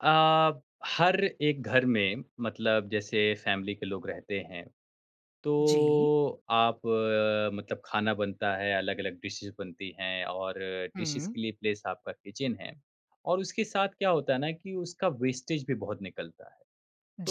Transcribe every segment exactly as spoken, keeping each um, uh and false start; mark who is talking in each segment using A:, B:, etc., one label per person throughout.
A: अ, हर एक घर में मतलब जैसे फैमिली के लोग रहते हैं,
B: जी।
A: तो आप अ, मतलब खाना बनता है, अलग-अलग डिशेज़ बनती हैं और डिशेज़
B: हुँ।
A: के लिए प्लेस आपका किचन है और उसके साथ क्या होता है ना कि उसका वेस्टेज भी बहुत निकलता है।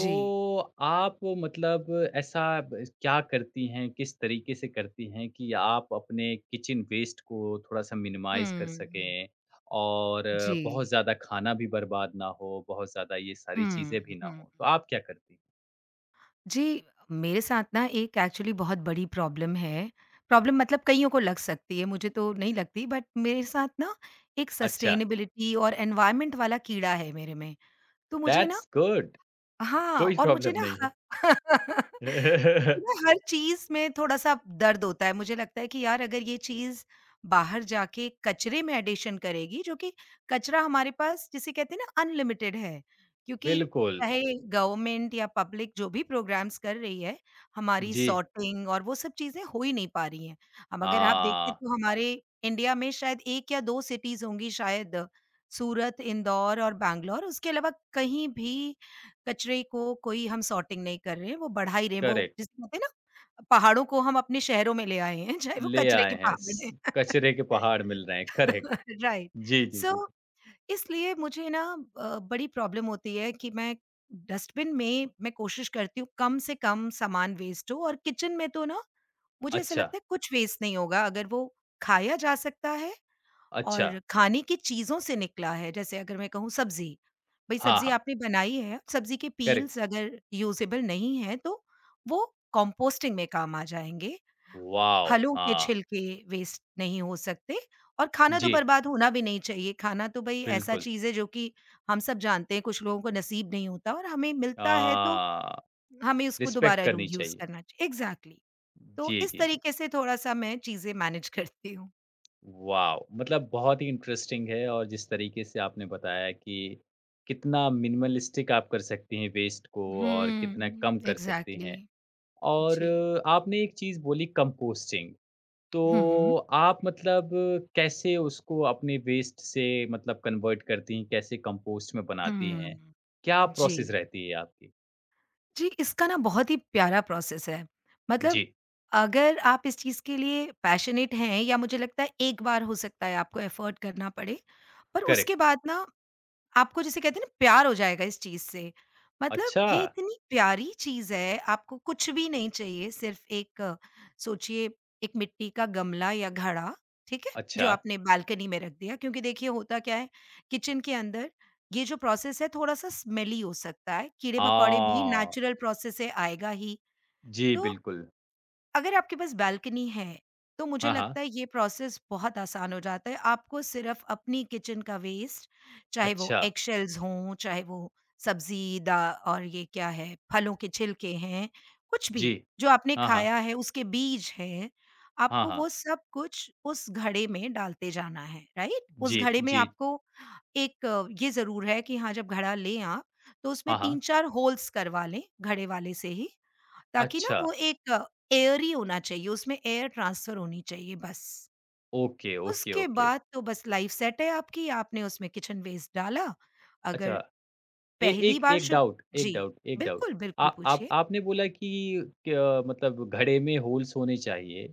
B: जी।
A: आप मतलब ऐसा ब क्या करती हैं, किस तरीके से करती हैं कि आप अपने किचन वेस्ट को थोड़ा-सा मिनिमाइज़ कर
B: हुँ।
A: सकें और बहुत
B: जी।
A: ज़्यादा खाना भी बर्बाद ना हो, बहुत ज़्यादा ये सारी चीज़ें भी
B: हुँ,
A: ना
B: हुँ।
A: हो? तो आप क्या करती हैं?
B: जी, मेरे साथ ना एक एक्चुअली बहुत बड़ी प्रॉब्लम है। प्रॉब्लम मतलब कइयों को लग सकती है, मुझे तो नहीं लगती बट मेरे साथ ना एक
A: अच्छा,
B: सस्टेनेबिलिटी और एनवायरनमेंट वाला कीड़ा है मेरे में। तो मुझे
A: दैट्स
B: ना
A: गुड,
B: हाँ,
A: कोई
B: और मुझे
A: प्रॉब्लम नहीं
B: ना
A: है।
B: ह ना हर चीज़ में थोड़ा-सा दर्द होता है। मुझे लगता है कि यार अगर ये चीज़ बाहर जाके कचरे में एडिशन करेगी जो कि कचरा हमारे पास जिसे कहते हैं ना अनलिमिटेड है। क्योंकि
A: बिल्कुल,
B: चाहे गवर्नमेंट या पब्लिक जो भी प्रोग्राम्स कर रही है, हमारी
A: जी,
B: सॉर्टिंग और वो सब चीज़ें हो ही नहीं पा रही हैं। हम अगर आप देखें
A: हाँ,
B: तो हमारे इंडिया में शायद एक या दो सिटीज़ होंगी शायद सूरत, इंदौर और बैंगलोर उसके अलावा कहीं भी कचरे को कोई हम सॉर्टिंग नहीं कर रहे हैं, वो बढ़ा ही रहे हैं, वो
A: करेक्ट,
B: जिसे कहते हैं ना पहाड़ों को हम अपने शहरों में ले आए हैं, चाहे वो
A: ले
B: कचरे के
A: आए हैं,
B: पहाड़ हैं।
A: स कचरे के पहाड़ मिल रहे हैं, करेक्ट।
B: राइट।
A: जी, जी, जी।
B: सो इसलिए मुझे ना अ, बड़ी प्रॉब्लम होती है कि मैं डस्टबिन में मैं कोशिश करती हूँ कम से कम सामान वेस्ट हो और किचन में तो ना मुझे ऐसा
A: अच्छा,
B: लगता है कुछ वेस्ट नहीं होगा अगर वो खाया जा सकता है
A: अच्छा,
B: और खाने की चीज़ों से निकला है, जैसे अगर मैं कहूँ सब्ज़ी, भई
A: हाँ,
B: सब्ज़ी
A: हाँ,
B: आपने बनाई है, सब्ज़ी के
A: करेक्ट।
B: पील्स अगर यूज़ेबल नहीं है तो वो कंपोस्टिंग में काम आ जाएँगे।
A: वाओ!
B: फलों के
A: हाँ,
B: छिलके वेस्ट नहीं हो सकते और खाना तो
A: जी,
B: बर्बाद होना भी नहीं चाहिए, खाना तो भई ऐसा
A: बिल्कुल।
B: चीज़ है जो कि हम सब जानते हैं कुछ लोगों को नसीब नहीं होता और हमें
A: अ,
B: मिलता है तो हमें उसको
A: रिस्पेक्ट
B: दोबारा रू
A: करनी
B: यूज़
A: चाहिए।
B: करना चाहिए। एग्ज़ैक्टली,
A: जी,
B: तो इस
A: जी, जी।
B: तरीके से थोड़ा-सा मैं चीज़ें मैनेज करती हूँ।
A: वाओ! मतलब बहुत ही इंटरेस्टिंग है और जिस तरीके से आपने बताया कि कितना मिनिमलिस्टिक आप कर सकती हैं वेस्ट को और कितना कम
B: हुँ,
A: कर सकती
B: एग्ज़ैक्टली।
A: हैं। और
B: जी।
A: अ, आपने एक चीज़ बोली कंपोस्टिंग,
B: हुँ,
A: तो आप मतलब कैसे उसको अपने वेस्ट से मतलब कन्वर्ट करती हैं, कैसे कंपोस्ट में बनाती हैं?
B: हुँ।
A: क्या
B: जी।
A: प्रोसेस रहती है आपकी?
B: जी, इसका ना बहुत ही प्यारा प्रोसेस है। मतलब
A: जी,
B: अगर आप इस चीज़ के लिए पैशनेट हैं या मुझे लगता है एक बार हो सकता है आपको एफर्ट करना पड़े, पर उसके
A: करेक्ट।
B: बाद ना आपको जिसे कहते हैं ना प्यार हो जाएगा इस चीज़ से। मतलब
A: अच्छा!
B: ये इतनी प्यारी चीज़ है, आपको कुछ भी नहीं चाहिए, सिर्फ़ एक अ, सोचिए एक मिट्टी का गमला या घड़ा, ठीक है? जो
A: अच्छा।
B: आपने बालकनी में रख दिया क्योंकि देखिए होता क्या है, किचन के अंदर ये जो प्रोसेस है थोड़ा-सा स्मेली हो सकता है, कीड़े-मकोड़े भी
A: हाँ,
B: नेचुरल प्रोसेस से आएगा ही।
A: जी,
B: तो
A: बिल्कुल।
B: अगर आपके पास बालकनी है, तो मुझे
A: हाँ, हाँ।
B: लगता है ये प्रोसेस बहुत आसान हो जाता है। आपको सिर्फ़ अपनी किचन का वेस्ट, चाहे वो
A: अच्छा,
B: एगशेल्स हों, चाहे वो सब्ज़ी दा और ये क्या है, फलों के छिलके हैं, कुछ
A: जी।
B: भी, जो आपने
A: हाँ, हाँ।
B: खाया है, उसके बीज हैं,
A: हाँ,
B: आपको
A: हाँ।
B: वो सब कुछ उस घड़े में डालते जाना है, राइट? उस
A: जी,
B: घड़े में
A: जी।
B: आपको एक अ, ये ज़रूर है कि हाँ, जब घड़ा लें आप, तो उसमें
A: हाँ, हाँ।
B: तीन चार होल्स करवा लें, घड़े वाले से ही। ताकि ना
A: अच्छा,
B: वो एक एयर ही होना चाहिए, उसमें एयर ट्रांसफ़र होनी चाहिए बस।
A: ओके, ओके,
B: उसके
A: ओके।
B: बाद तो बस लाइफ़ सेट है आपकी, आपने उसमें किचन वेस्ट डाला,
A: अच्छा,
B: अगर
A: ए
B: पहली
A: एक
B: बार
A: एक
B: शुरू
A: डाउट एक
B: जी,
A: डाउट एक डाउट।
B: बिल्कुल,
A: आ
B: बिल्कुल
A: आप
B: पूछिए।
A: आपने बोला कि क्या मतलब घड़े में होल्स होने चाहिए।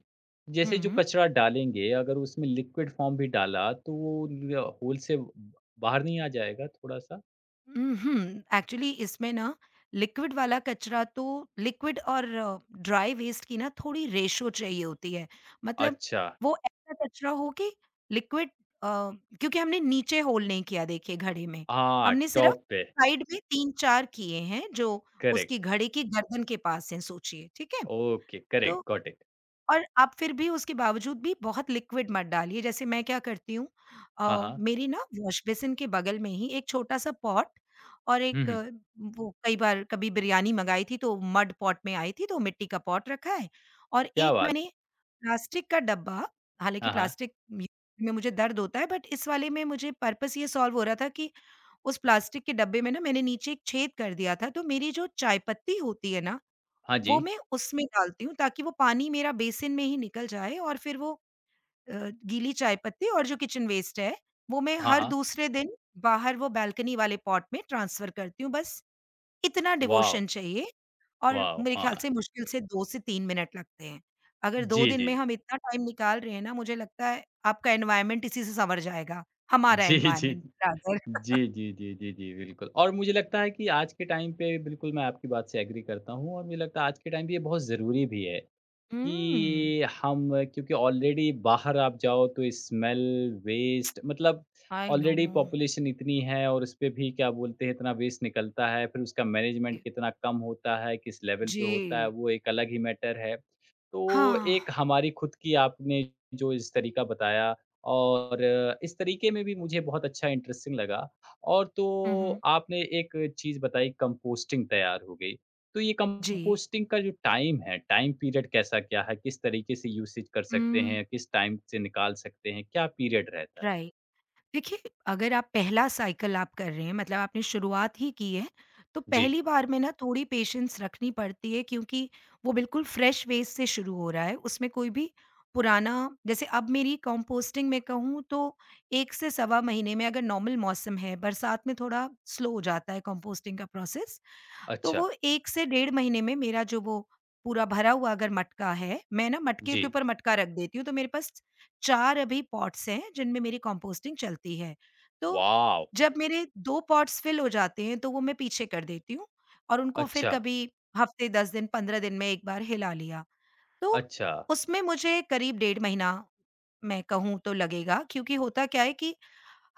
A: जैसे जो
B: हुँ।
A: कचरा डालेंगे, अगर उसमें लिक्विड फॉर्म भी डाला, तो वो ल होल से ब- बाहर नहीं आ जाएगा थोड़ा-सा?
B: उहुँ, एक्चुअली इसमें ना लिक्विड वाला कचरा तो लिक्विड और ड्राई वेस्ट की ना थोड़ी रेशो चाहिए होती है। मतलब
A: अच्छा।
B: वो ऐसा कचरा हो कि लिक्विड अ, क्योंकि हमने नीचे होल नहीं किया देखिए घड़े में,
A: हाँ,
B: हमने सिर्फ
A: टॉप पे।
B: साइड में तीन चार किए हैं जो उसकी
A: करेक्ट।
B: घड़े की गर्दन के पास हैं सोचिए, ठीक है?
A: ओके, करेक्ट,
B: तो
A: गॉट इट।
B: और आप फिर भी उसके बावजूद भी बहुत लिक्विड मत डालिए, जैसे मैं क्या करती हूँ
A: हाँ,
B: अ,
A: हाँ।
B: मेरी ना वॉश बेसिन के बगल में ही एक छोटा-सा पॉट और
A: हुँ,
B: एक
A: हुँ।
B: अ, वो कई बार कभी बिरयानी मँगाई थी तो मड पॉट में आई थी, तो मिट्टी का पॉट रखा है और
A: क्या
B: एक
A: बात
B: मैंने
A: है!
B: प्लास्टिक का डब्बा हालाँकि
A: हाँ, हाँ।
B: प्लास्टिक में मुझे दर्द होता है बट इस वाले में मुझे पर्पस ये सॉल्व हो रहा था कि उस प्लास्टिक के डब्बे में ना मैंने नीचे एक छेद कर दिया था, तो मेरी जो चाय पत्ती होती है ना
A: हाँ
B: वो
A: जी।
B: मैं उसमें डालती हूँ ताकि वो पानी मेरा बेसिन में ही निकल जाए और फिर वो अ, गीली चाय पत्ती और जो किचन वेस्ट है, वो मैं
A: हाँ,
B: हर
A: हाँ।
B: दूसरे दिन बाहर वो बालकनी वाले पॉट में ट्रांसफ़र करती हूँ। बस इतना
A: वॉव!
B: डिवोशन चाहिए और
A: वॉव!
B: मेरे ख्याल
A: हाँ।
B: से मुश्किल से दो से तीन मिनट लगते हैं। अगर दो
A: जी,
B: दिन
A: जी।
B: में हम इतना टाइम निकाल रहे हैं ना, मुझे लगता है आपका एनवायरनमेंट इसी से संवर जाएगा, हमारा
A: जी, जी।
B: Environment rather.
A: जी, जी, जी, जी, जी, बिल्कुल और मुझे लगता है कि आज के टाइम पे बिल्कुल मैं आपकी बात से एग्री करता हूँ और मुझे लगता है आज के टाइम पे ये बहुत ज़रूरी भी है।
B: हुँ,
A: कि हम क्योंकि ऑलरेडी बाहर आप जाओ तो स्मेल, वेस्ट मतलब
B: आई नो।
A: ऑलरेडी पॉपुलेशन इतनी है और उसपे भी क्या बोलते हैं इतना वेस्ट निकलता है, फिर उसका मैनेजमेंट कितना कम होता है, किस लेवल पे
B: जी।
A: होता है, वो एक अलग ही मैटर है। तो
B: हाँ।
A: एक हमारी खुद की आपने जो इस तरीका बताया और इस तरीके में भी मुझे बहुत अच्छा इंटरेस्टिंग लगा और तो
B: हुँ, हुँ।
A: आपने एक चीज़ बताई कंपोस्टिंग तैयार हो गई। तो ये
B: जी।
A: कंपोस्टिंग का जो टाइम है, टाइम पीरियड कैसा क्या है? किस तरीके से यूसेज कर सकते
B: हुँ।
A: हैं? किस टाइम से निकाल सकते हैं? क्या पीरियड रहता है ये?
B: राइट। देखिए, अगर आप पहला साइकिल आप कर रहे हैं मतलब आपने शुरुआत ही की है, तो
A: जी,
B: पहली बार में ना थोड़ी पेशेंस रखनी पड़ती है क्योंकि वो बिल्कुल फ्रेश बेस से शुरू हो रहा है, उसमें कोई भी पुराना जैसे अब मेरी कंपोस्टिंग में कहूँ तो एक से सवा महीने में अगर नॉर्मल मौसम है, बरसात में थोड़ा स्लो हो जाता है कंपोस्टिंग का प्रोसेस। तो
A: अच्छा,
B: वो एक से डेढ़ महीने में मेरा जो वो पूरा भरा हुआ अगर मटका है, मैं ना मटके
A: जी।
B: के ऊपर मटका रख देती हूँ, तो मेरे पास चार अभी पॉट्स हैं जिनमें मेरी कंपोस्टिंग चलती है। तो
A: वॉव!
B: जब मेरे दो पॉट्स फिल हो जाते हैं तो वो मैं पीछे कर देती हूँ और उनको फिर
A: अच्छा,
B: कभी हफ्ते दस दिन, पंद्रह दिन में एक बार हिला लिया। तो
A: अच्छा।
B: उसमें मुझे करीब डेढ़ महीना मैं कहूँ तो लगेगा क्योंकि होता क्या है कि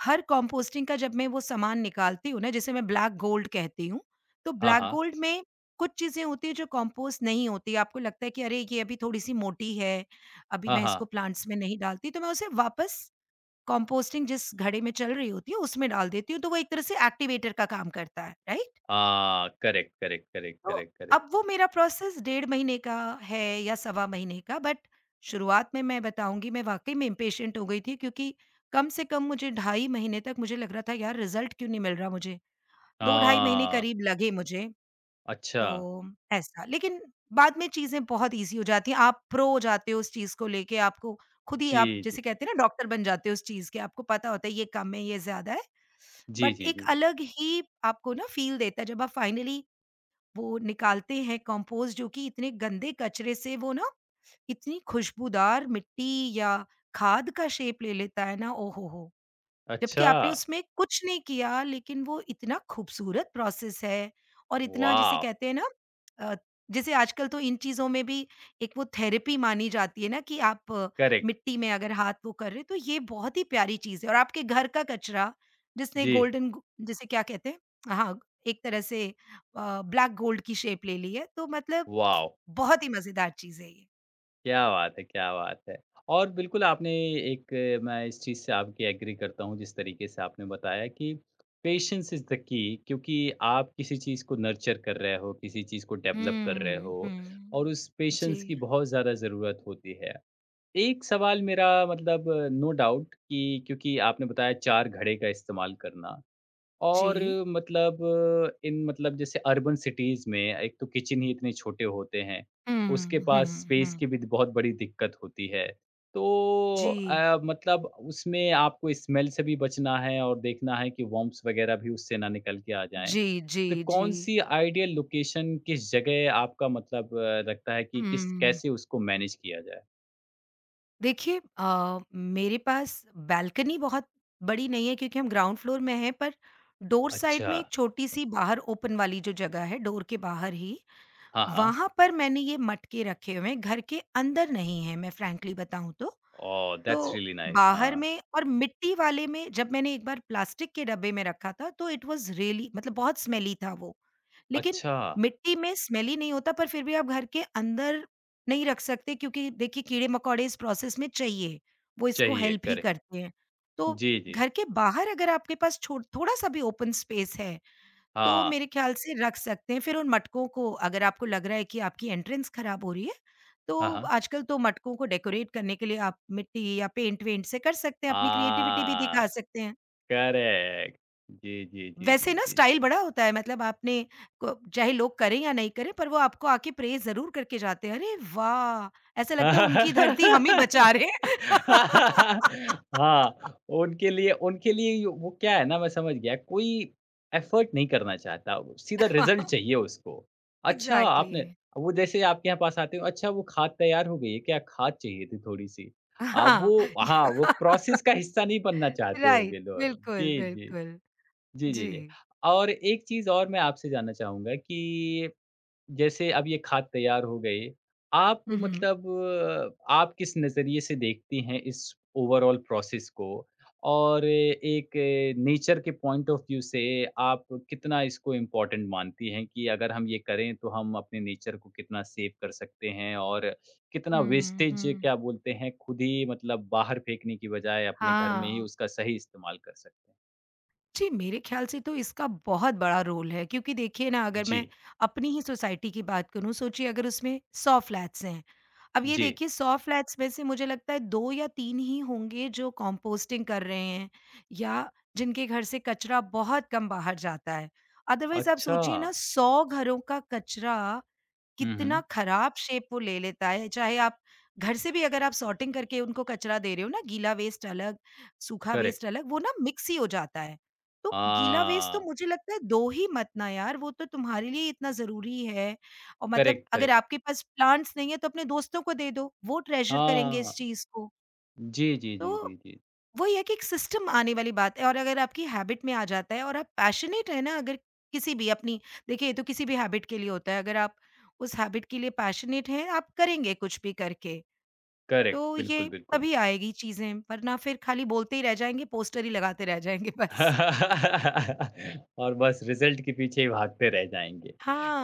B: हर कंपोस्टिंग का जब मैं वो सामान निकालती हूँ ना, जिसे मैं ब्लैक गोल्ड कहती हूँ, तो
A: हाँ,
B: ब्लैक
A: हाँ।
B: गोल्ड में कुछ चीज़ें होती हैं जो कंपोस्ट नहीं होती। आपको लगता है कि अरे! ये अभी थोड़ी-सी मोटी है, अभी
A: हाँ,
B: मैं इसको
A: हाँ।
B: प्लांट्स में नहीं डालती, तो मैं उसे वापस कंपोस्टिंग जिस घड़े में चल रही होती है, उसमें डाल देती हूँ, तो वो एक तरह से एक्टिवेटर का काम करता है, राइट?
A: हाँ, करेक्ट, करेक्ट, करेक्ट,
B: तो
A: करेक्ट, करेक्ट।
B: अब वो मेरा प्रोसेस डेढ़ महीने का है या सवा महीने का बट शुरुआत में मैं बताऊँगी मैं वाक़ई में इम्पेशेंट हो गई थी क्योंकि कम से कम मुझे ढाई महीने तक मुझे लग रहा था यार रिज़ल्ट क्यों नहीं मिल रहा मुझे? दो ढाई महीने
A: हाँ,
B: करीब लगे मुझे,
A: अच्छा।
B: तो ऐसा। लेकिन बाद में चीज़ें बहुत ईज़ी हो जाती हैं, आप प्रो हो जाते हो उस चीज़ को लेके आपको खुद ही आप
A: जी, जी।
B: जैसे कहते हैं ना डॉक्टर बन जाते हो उस चीज़ के, आपको पता होता है ये कम है, ये ज़्यादा है।
A: जी,
B: बट
A: जी,
B: एक
A: जी।
B: अलग ही आपको ना फ़ील देता है जब आप फाइनली वो निकालते हैं कंपोस्ट जो कि इतने गंदे कचरे से वो ना इतनी खुशबूदार मिट्टी या खाद का शेप ले लेता है ना, ओहो हो! जबकि आपने
A: अच्छा,
B: उसमें कुछ नहीं किया लेकिन वो इतना खूबसूरत प्रोसेस है और इतना जिसे
A: वॉव!
B: कहते हैं ना अ, जैसे आजकल तो इन चीज़ों में भी एक वो थेरेपी मानी जाती है ना कि आप अ,
A: करेक्ट।
B: मिट्टी में अगर हाथ वो कर रहे तो ये बहुत ही प्यारी चीज़ है और आपके घर का कचरा जिसने
A: जी,
B: गोल्डन जिसे क्या कहते हैं हाँ एक तरह से अ, ब्लैक गोल्ड की शेप ले ली है तो मतलब
A: वॉव!
B: बहुत ही मज़ेदार चीज़ है ये।
A: क्या बात है, क्या बात है। और बिल्कुल आपने एक अ, मैं इस चीज़ से आपकी एग्री करता हूँ जिस तरीके से आपने बताया कि पेशेंस इज़ द की क्योंकि आप किसी चीज़ को नर्चर कर रहे हो, किसी चीज़ को डेवलप कर रहे
B: हुँ,
A: हो और
B: हुँ।
A: उस
B: जी,
A: पेशेंस की बहुत ज़्यादा ज़रूरत होती है। एक सवाल मेरा मतलब नो डाउट कि क्योंकि आपने बताया चार घड़े का इस्तेमाल करना, और
B: जी।
A: मतलब इन मतलब जैसे अर्बन सिटीज़ में एक तो किचन ही इतने छोटे होते हैं, उसके
B: हुँ,
A: पास
B: हुँ,
A: स्पेस
B: हुँ।
A: की भी बहुत बड़ी दिक्कत होती है। तो
B: जी।
A: अ, मतलब उसमें आपको स्मेल से भी बचना है और देखना है कि वर्म्स वगैरह भी उससे ना निकल के आ जाएँ।
B: जी, जी,
A: तो
B: जी।
A: कौन-सी आइडियल लोकेशन किस जगह आपका मतलब अ, रखता है कि किस
B: हुँ,
A: कैसे उसको मैनेज किया जाए?
B: देखिए अ, मेरे पास बालकनी बहुत बड़ी नहीं है क्योंकि हम ग्राउंड फ्लोर में हैं, पर डोर साइड
A: अच्छा।
B: में एक छोटी-सी बाहर ओपन वाली जो जगह है, डोर के बाहर ही,
A: हाँ, हाँ।
B: वहाँ पर मैंने ये मटके रखे हुए हैं, घर के अंदर नहीं है मैं फ्रैंकली बताऊँ तो।
A: Oh! That's
B: so
A: really nice हाँ।
B: बाहर में और मिट्टी वाले में जब मैंने एक बार प्लास्टिक के डब्बे में रखा था तो इट वाज़ रियली मतलब बहुत स्मेली था वो। लेकिन
A: अच्छा,
B: मिट्टी में स्मेली नहीं होता पर फिर भी आप घर के अंदर नहीं रख सकते क्योंकि देखिए कीड़े-मकोड़े इस प्रोसेस में चाहिए, वो इसको
A: चाहिए
B: हेल्प ही
A: करेक्ट।
B: करते हैं। तो
A: जी, जी।
B: घर के बाहर अगर आपके पास छो थोड़ा-सा भी ओपन स्पेस है तो
A: हाँ।
B: मेरे ख्याल से रख सकते हैं। फिर उन मटकों को अगर आपको लग रहा है कि आपकी एंट्रेंस खराब हो रही है,
A: हाँ,
B: तो
A: हाँ।
B: आजकल तो मटकों को डेकोरेट करने के लिए आप मिट्टी या पेंट-वेंट से कर सकते हैं, अपनी क्रिएटिविटी भी
A: आ,
B: दिखा सकते हैं।
A: करेक्ट। जी, जी, जी,
B: वैसे
A: जी,
B: ना
A: जी।
B: स्टाइल बड़ा होता है मतलब आपने को चाहे लोग करें या नहीं करें पर वो आपको आके प्रेज़ ज़रूर करके जाते हैं। अरे वाह! ऐसा लगता है उनकी धरती हम ही बचा रहे हैं।
A: हाँ, उनके लिए उनके लिए ये वो क्या है ना मैं समझ गया कोई एफ़र्ट नहीं करना चाहता, वो सीधा रिज़ल्ट चाहिए उसको। अच्छा
B: एग्ज़ैक्टली।
A: आपने वो जैसे आपके यहाँ पास आते हो, अच्छा वो खाद तैयार हो गई है क्या? खाद चाहिए थी थोड़ी-सी। अ,
B: हाँ।
A: वो हाँ, वो प्रोसेस का हिस्सा नहीं बनना चाहते
B: राइट,
A: होंगे लोग।
B: बिल्कुल,
A: जी, जी।
B: बिल्कुल।
A: जी, जी,
B: जी।
A: जी। और एक चीज़ और मैं आपसे जानना चाहूँगा कि जैसे अब ये खाद तैयार हो गई, आप
B: हुँ, हुँ।
A: मतलब अ, आप किस नज़रिए से देखती हैं इस ओवरऑल प्रोसेस को? और एक नेचर के पॉइंट ऑफ व्यू से आप कितना इसको इम्पोर्टेंट मानती हैं कि अगर हम ये करें तो हम अपने नेचर को कितना सेव कर सकते हैं और कितना
B: हुँ,
A: वेस्टेज
B: हुँ।
A: क्या बोलते हैं खुद ही मतलब बाहर फेंकने की बजाय अपने घर में ही
B: हाँ।
A: उसका सही इस्तेमाल कर सकते हैं?
B: जी, मेरे ख़्याल से तो इसका बहुत बड़ा रोल है क्योंकि देखिए ना, अगर
A: जी,
B: मैं अपनी ही सोसाइटी की बात करूँ, सोचिए अगर उसमें सौ फ्लैट्स हैं। अब ये
A: जी।
B: देखिए सौ फ्लैट्स में से मुझे लगता है दो या तीन ही होंगे जो कंपोस्टिंग कर रहे हैं या जिनके घर से कचरा बहुत कम बाहर जाता है। अदरवाइज़ आप
A: अच्छा!
B: सोचिए ना, सौ घरों का कचरा
A: हुँ,
B: कितना
A: हुँ।
B: खराब शेप वो ले लेता है। चाहे आप घर से भी अगर आप सॉर्टिंग करके उनको कचरा दे रहे हो ना, गीला वेस्ट अलग, सूखा
A: करेक्ट।
B: वेस्ट अलग, वो ना मिक्स ही हो जाता है। तो गीला वेस्ट तो
A: हाँ,
B: मुझे लगता है दो ही मत ना यार, वो तो तुम्हारे लिए इतना ज़रूरी है। और मतलब
A: करेक्ट,
B: अगर
A: करेक्ट।
B: आपके पास प्लांट्स नहीं है तो अपने दोस्तों को दे दो, वो ट्रेज़र करेंगे इस
A: हाँ,
B: चीज़ को।
A: जी, जी, जी,
B: तो
A: जी, जी।
B: वही है कि एक सिस्टम आने वाली बात है। और अगर आपकी हैबिट में आ जाता है और आप पैशनेट है ना, अगर किसी भी अपनी देखिए ये तो किसी भी हैबिट के लिए होता है। अगर आप उस हैबिट के लिए पैशनेट हैं आप करेंगे कुछ भी करके।
A: करेक्ट,
B: तो
A: बिल्कुल,
B: ये
A: बिल्कुल।
B: तभी आएगी चीजें, वरना फिर खाली बोलते ही रह जाएंगे, पोस्टर ही लगाते रह जाएंगे। बस।
A: और बस रिज़ल्ट के पीछे ही भागते रह जाएँगे।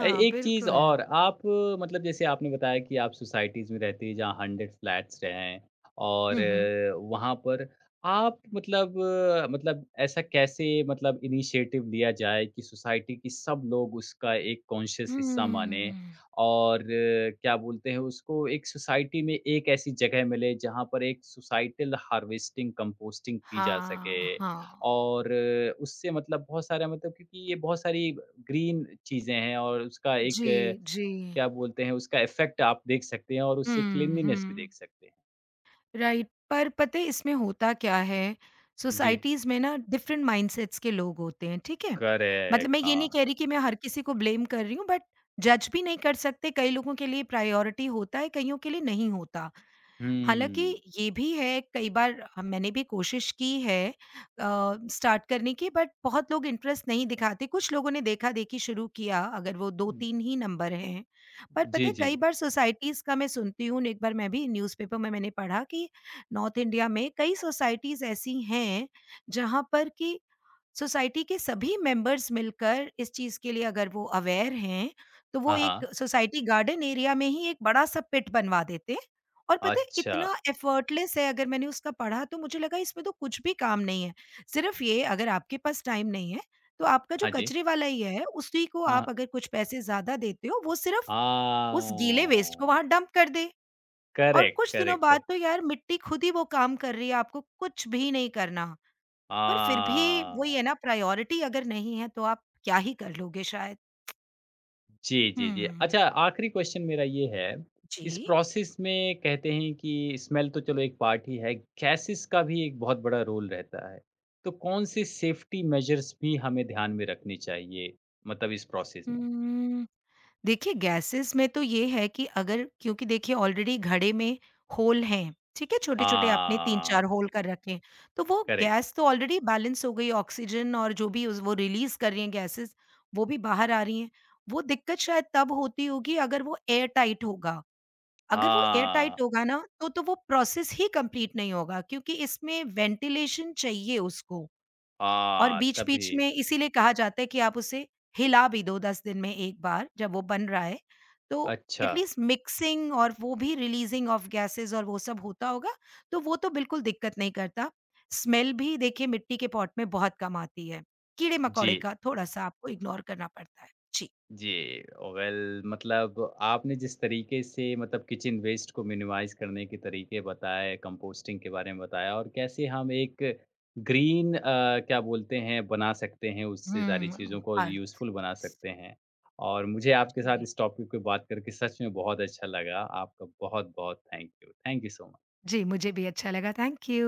A: अ, एक चीज़
B: बिल्कुल।
A: और आप मतलब जैसे आपने बताया कि आप सोसाइटीज़ में रहती हैं जहाँ हंड्रेड फ्लैट्स रहे हैं और
B: हम्म,
A: अ, वहाँ पर आप मतलब अ, मतलब ऐसा कैसे मतलब इनिशिएटिव लिया जाए कि सोसाइटी की सब लोग उसका एक कॉन्शियस हिस्सा मानें
B: हम्म।
A: और अ, क्या बोलते हैं उसको एक सोसाइटी में एक ऐसी जगह मिले जहाँ पर एक सोसाइटल हार्वेस्टिंग कंपोस्टिंग की जा सके
B: हाँ, हाँ।
A: और उससे मतलब बहुत सारा मतलब क्योंकि ये बहुत सारी ग्रीन चीज़ें हैं और उसका एक
B: जी,
A: क्या
B: जी।
A: बोलते हैं उसका इफ़ेक्ट आप देख सकते हैं और उससे
B: हम्म,
A: क्लीनलीनेस भी
B: हम्म।
A: देख सकते हैं।
B: राइट। पर पता है इसमें होता क्या है,
A: जी,
B: सोसाइटीज़ में ना डिफरेंट माइंडसेट्स के लोग होते हैं, ठीक है? मतलब
A: करेक्ट
B: मैं ये नहीं
A: हाँ।
B: कह रही कि मैं हर किसी को ब्लेम कर रही हूँ, बट जज भी नहीं कर सकते। कई लोगों के लिए प्रायोरिटी होता है, कईयों के लिए नहीं होता। हालाँकि
A: हुँ।
B: ये भी है कई बार अ, मैंने भी कोशिश की है अ, स्टार्ट करने की, बट बहुत लोग इंटरेस्ट नहीं दिखाते। कुछ लोगों ने देखा-देखी शुरू किया, अगर वो दो तीन ही नंबर हैं। पर पता
A: जी,
B: है
A: जी।
B: कई बार सोसाइटीज़ का मैं सुनती हूँ, एक बार मैं भी न्यूज़पेपर में मैंने पढ़ा कि नॉर्थ इंडिया में कई सोसाइटीज़ ऐसी हैं, जहाँ पर कि सोसाइटी के सभी मेंबर्स मिलकर इस चीज़ के लिए अगर वो अवेयर हैं, तो वो
A: हाँ,
B: एक
A: हाँ।
B: सोसाइटी गार्डन एरिया में ही एक बड़ा-सा पिट बनवा देते। और पता है
A: अच्छा।
B: इतना एफर्टलेस है, अगर मैंने उसका पढ़ा तो मुझे लगा इसमें तो कुछ भी काम नहीं है। सिर्फ ये, अगर आपके पास टाइम नहीं है, तो आपका जो
A: हाँ जी।
B: कचरे वाला ये है उसी को
A: हाँ,
B: आप अगर कुछ पैसे ज़्यादा देते हो, वो सिर्फ उस गीले वेस्ट को
A: हाँ।
B: वहाँ डंप कर दे। और
A: करेक्ट,
B: कुछ दिनों
A: करेक्ट,
B: बाद
A: करेक्ट।
B: तो यार मिट्टी खुद ही वो काम कर रही है, आपको कुछ भी नहीं करना। पर फिर भी वही
A: हाँ।
B: है ना, प्रायोरिटी अगर नहीं है तो आप क्या ही कर लोगे शायद।
A: जी, जी, जी।
B: हुँ।
A: अच्छा आखिरी क्वेश्चन मेरा ये है, इस
B: जी।
A: प्रोसेस में कहते हैं कि स्मेल तो चलो एक पार्ट ही है, गैसेस का भी एक बहुत बड़ा रोल रहता है। तो कौन से सेफ्टी मेजर्स भी हमें ध्यान में रखने चाहिए मतलब इस प्रोसेस में?
B: उम देखिए गैसेज़ में तो ये है कि अगर क्योंकि देखिए ऑलरेडी घड़े में होल हैं, ठीक है? छोटे-छोटे आपने
A: हाँ,
B: तीन चार होल कर रखे हैं, तो वो
A: करेक्ट।
B: गैस तो ऑलरेडी बैलेंस हो गई ऑक्सीजन और जो भी उस वो रिलीज़ कर रही हैं गैसेज़, वो भी बाहर आ रही हैं। वो दिक्कत शायद तब होती होगी अगर वो एयर टाइट होगा। अगर वो एयर
A: हाँ,
B: टाइट होगा ना तो तो वो प्रोसेस ही कंप्लीट नहीं होगा क्योंकि इसमें वेंटिलेशन चाहिए उसको। और
A: हाँ,
B: बीच-बीच
A: तभी।
B: में इसीलिए कहा जाता है कि आप उसे हिला भी दो दस दिन में एक बार जब वो बन रहा है, तो
A: अच्छा,
B: एटलीस्ट मिक्सिंग और वो भी रिलीज़िंग ऑफ गैसेज़ और वो सब होता होगा, तो वो तो बिल्कुल दिक्कत नहीं करता। स्मेल भी देखिए मिट्टी के पॉट में बहुत कम आती है,
A: जी।
B: कीड़े-मकोड़े का थोड़ा-सा आपको इग्नोर करना पड़ता है। जी।
A: जी, वेल मतलब आपने जिस तरीके से मतलब किचन वेस्ट को मिनिमाइज़ करने के तरीके बताए, कंपोस्टिंग के बारे में बताया और कैसे हम एक ग्रीन अ, क्या बोलते हैं बना सकते हैं, उससे सारी चीज़ों
B: हुँ,
A: को
B: अर्थ,
A: यूज़फुल बना
B: यस।
A: सकते हैं। और मुझे आपके साथ
B: जी।
A: इस टॉपिक पे बात करके सच में बहुत अच्छा लगा। आपका बहुत-बहुत thank you. Thank you so much.
B: जी, मुझे भी अच्छा लगा। Thank you.